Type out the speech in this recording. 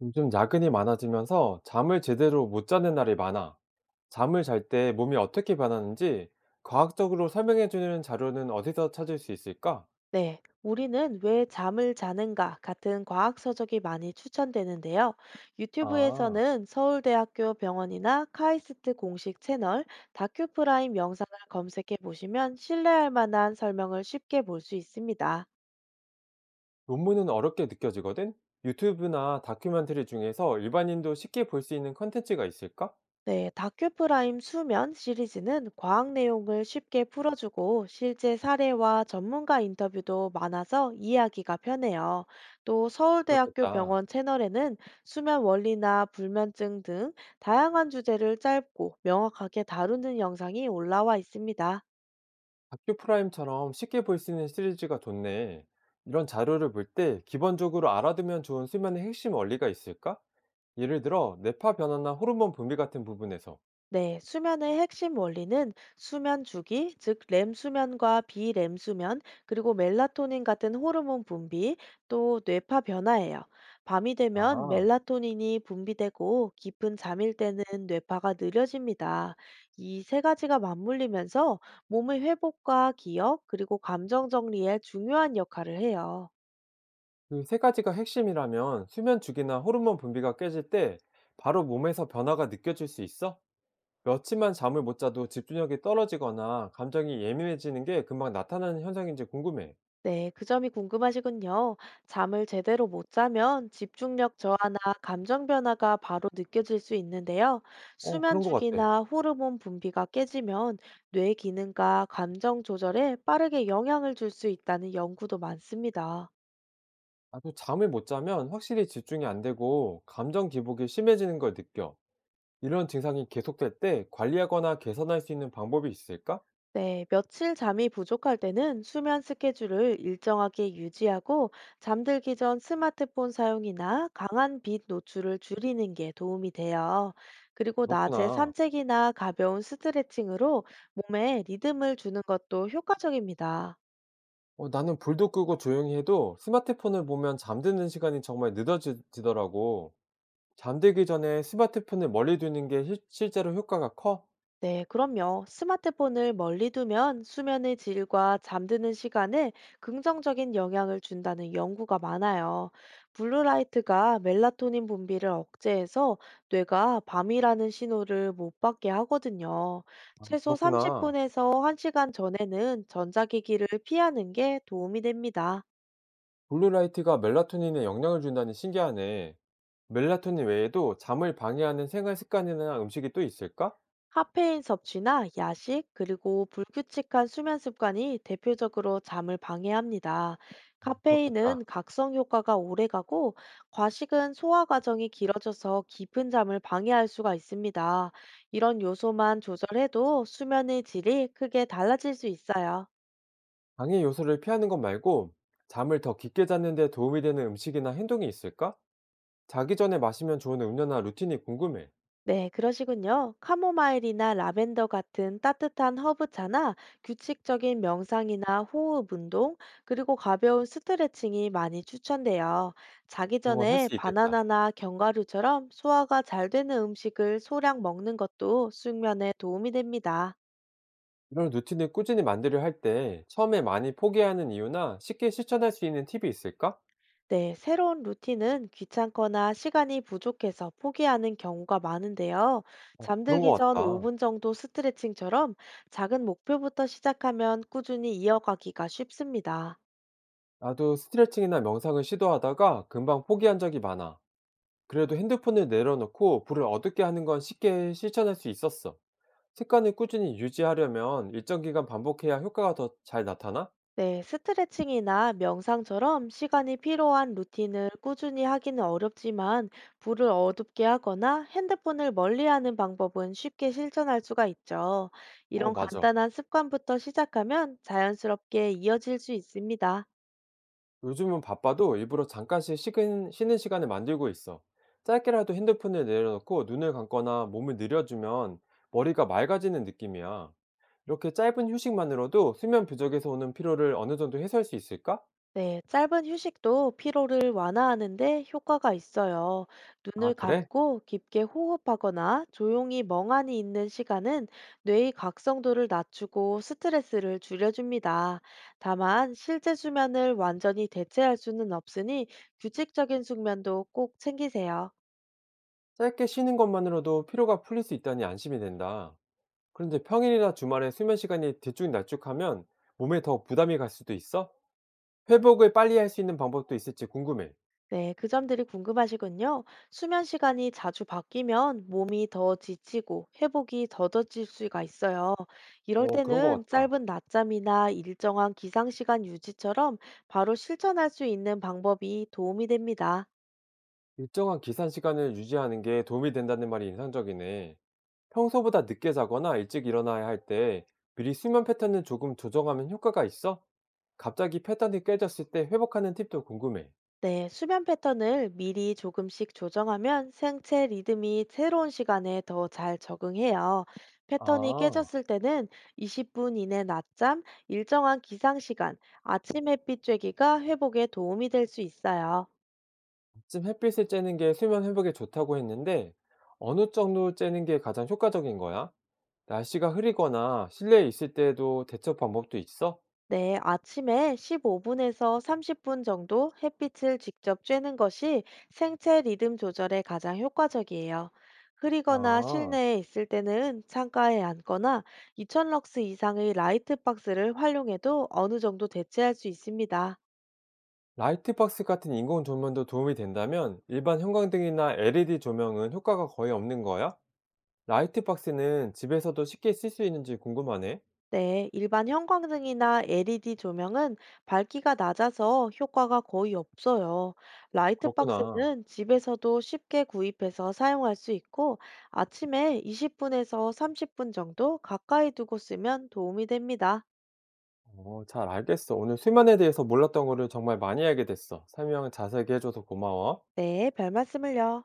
요즘 야근이 많아지면서 잠을 제대로 못 자는 날이 많아. 잠을 잘 때 몸이 어떻게 변하는지 과학적으로 설명해 주는 자료는 어디서 찾을 수 있을까? 네, 우리는 왜 잠을 자는가 같은 과학 서적이 많이 추천되는데요. 아, 유튜브에서는 서울대학교 병원이나 카이스트 공식 채널, 다큐프라임 영상을 검색해 보시면 신뢰할 만한 설명을 쉽게 볼 수 있습니다. 논문은 어렵게 느껴지거든? 유튜브나 다큐멘터리 중에서 일반인도 쉽게 볼 수 있는 컨텐츠가 있을까? 네, 다큐프라임 수면 시리즈는 과학 내용을 쉽게 풀어주고 실제 사례와 전문가 인터뷰도 많아서 이해하기가 편해요. 또 서울대학교 그렇겠다. 병원 채널에는 수면 원리나 불면증 등 다양한 주제를 짧고 명확하게 다루는 영상이 올라와 있습니다. 다큐 프라임처럼 쉽게 볼 수 있는 시리즈가 좋네. 이런 자료를 볼 때 기본적으로 알아두면 좋은 수면의 핵심 원리가 있을까? 예를 들어, 뇌파 변화나 호르몬 분비 같은 부분에서. 네, 수면의 핵심 원리는 수면 주기, 즉 렘 수면과 비렘 수면, 그리고 멜라토닌 같은 호르몬 분비, 또 뇌파 변화예요. 밤이 되면 아, 멜라토닌이 분비되고 깊은 잠일 때는 뇌파가 느려집니다. 이 세 가지가 맞물리면서 몸의 회복과 기억, 그리고 감정 정리에 중요한 역할을 해요. 그 세 가지가 핵심이라면 수면 주기나 호르몬 분비가 깨질 때 바로 몸에서 변화가 느껴질 수 있어? 며칠만 잠을 못 자도 집중력이 떨어지거나 감정이 예민해지는 게 금방 나타나는 현상인지 궁금해. 네, 그 점이 궁금하시군요. 잠을 제대로 못 자면 집중력 저하나 감정 변화가 바로 느껴질 수 있는데요. 어, 수면 그런 것 같아. 주기나 호르몬 분비가 깨지면 뇌 기능과 감정 조절에 빠르게 영향을 줄 수 있다는 연구도 많습니다. 나도 잠을 못 자면 확실히 집중이 안 되고 감정 기복이 심해지는 걸 느껴. 이런 증상이 계속될 때 관리하거나 개선할 수 있는 방법이 있을까? 네, 며칠 잠이 부족할 때는 수면 스케줄을 일정하게 유지하고 잠들기 전 스마트폰 사용이나 강한 빛 노출을 줄이는 게 도움이 돼요. 그리고 낮에 그렇구나. 산책이나 가벼운 스트레칭으로 몸에 리듬을 주는 것도 효과적입니다. 어, 나는 불도 끄고 조용히 해도 스마트폰을 보면 잠드는 시간이 정말 늦어지더라고. 잠들기 전에 스마트폰을 멀리 두는 게 실제로 효과가 커? 네, 그럼요. 스마트폰을 멀리 두면 수면의 질과 잠드는 시간에 긍정적인 영향을 준다는 연구가 많아요. 블루라이트가 멜라토닌 분비를 억제해서 뇌가 밤이라는 신호를 못 받게 하거든요. 아, 최소 그렇구나. 30분에서 1시간 전에는 전자기기를 피하는 게 도움이 됩니다. 블루라이트가 멜라토닌에 영향을 준다니 신기하네. 멜라토닌 외에도 잠을 방해하는 생활 습관이나 음식이 또 있을까? 카페인 섭취나 야식, 그리고 불규칙한 수면 습관이 대표적으로 잠을 방해합니다. 그렇겠다. 카페인은 각성 효과가 오래가고 과식은 소화 과정이 길어져서 깊은 잠을 방해할 수가 있습니다. 이런 요소만 조절해도 수면의 질이 크게 달라질 수 있어요. 방해 요소를 피하는 것 말고 잠을 더 깊게 자는 데 도움이 되는 음식이나 행동이 있을까? 자기 전에 마시면 좋은 음료나 루틴이 궁금해. 네, 그러시군요. 카모마일이나 라벤더 같은 따뜻한 허브차나 규칙적인 명상이나 호흡 운동, 그리고 가벼운 스트레칭이 많이 추천돼요. 자기 그런 건 할 전에 수 있겠다. 바나나나 견과류처럼 소화가 잘 되는 음식을 소량 먹는 것도 숙면에 도움이 됩니다. 이런 루틴을 꾸준히 만들려 할 때 처음에 많이 포기하는 이유나 쉽게 실천할 수 있는 팁이 있을까? 네, 새로운 루틴은 귀찮거나 시간이 부족해서 포기하는 경우가 많은데요. 그런 잠들기 것 전 같다. 5분 정도 스트레칭처럼 작은 목표부터 시작하면 꾸준히 이어가기가 쉽습니다. 나도 스트레칭이나 명상을 시도하다가 금방 포기한 적이 많아. 그래도 핸드폰을 내려놓고 불을 어둡게 하는 건 쉽게 실천할 수 있었어. 습관을 꾸준히 유지하려면 일정 기간 반복해야 효과가 더 잘 나타나? 네, 스트레칭이나 명상처럼 시간이 필요한 루틴을 꾸준히 하기는 어렵지만 불을 어둡게 하거나 핸드폰을 멀리하는 방법은 쉽게 실천할 수가 있죠. 어, 이런 맞아. 간단한 습관부터 시작하면 자연스럽게 이어질 수 있습니다. 요즘은 바빠도 일부러 잠깐씩 쉬는 시간을 만들고 있어. 짧게라도 핸드폰을 내려놓고 눈을 감거나 몸을 늘려주면 머리가 맑아지는 느낌이야. 이렇게 짧은 휴식만으로도 수면 부족에서 오는 피로를 어느 정도 해소할 수 있을까? 네, 짧은 휴식도 피로를 완화하는데 효과가 있어요. 아, 눈을 그래? 감고 깊게 호흡하거나 조용히 멍하니 있는 시간은 뇌의 각성도를 낮추고 스트레스를 줄여줍니다. 다만, 실제 수면을 완전히 대체할 수는 없으니 규칙적인 숙면도 꼭 챙기세요. 짧게 쉬는 것만으로도 피로가 풀릴 수 있다니 안심이 된다. 그런데 평일이나 주말에 수면 시간이 들쭉날쭉하면 몸에 더 부담이 갈 수도 있어? 회복을 빨리 할 수 있는 방법도 있을지 궁금해. 네, 그 점들이 궁금하시군요. 수면 시간이 자주 바뀌면 몸이 더 지치고 회복이 더뎌질 수가 있어요. 이럴 어, 그런 때는 것 같다. 짧은 낮잠이나 일정한 기상 시간 유지처럼 바로 실천할 수 있는 방법이 도움이 됩니다. 일정한 기산 시간을 유지하는 게 도움이 된다는 말이 인상적이네. 평소보다 늦게 자거나 일찍 일어나야 할 때 미리 수면 패턴을 조금 조정하면 효과가 있어? 갑자기 패턴이 깨졌을 때 회복하는 팁도 궁금해. 네, 수면 패턴을 미리 조금씩 조정하면 생체 리듬이 새로운 시간에 더 잘 적응해요. 패턴이 아. 깨졌을 때는 20분 이내 낮잠, 일정한 기상 시간, 아침 햇빛 쬐기가 회복에 도움이 될 수 있어요. 쯤 햇빛을 쬐는 게 수면 회복에 좋다고 했는데 어느 정도 쬐는 게 가장 효과적인 거야? 날씨가 흐리거나 실내에 있을 때도 대처 방법도 있어? 네, 아침에 15분에서 30분 정도 햇빛을 직접 쬐는 것이 생체 리듬 조절에 가장 효과적이에요. 흐리거나 아, 실내에 있을 때는 창가에 앉거나 2000럭스 이상의 라이트 박스를 활용해도 어느 정도 대체할 수 있습니다. 라이트박스 같은 인공 조명도 도움이 된다면 일반 형광등이나 LED 조명은 효과가 거의 없는 거야? 라이트박스는 집에서도 쉽게 쓸 수 있는지 궁금하네. 네, 일반 형광등이나 LED 조명은 밝기가 낮아서 효과가 거의 없어요. 그렇구나. 라이트박스는 집에서도 쉽게 구입해서 사용할 수 있고 아침에 20분에서 30분 정도 가까이 두고 쓰면 도움이 됩니다. 어, 잘 알겠어. 오늘 수면에 대해서 몰랐던 거를 정말 많이 알게 됐어. 설명 자세하게 해줘서 고마워. 네, 별 말씀을요.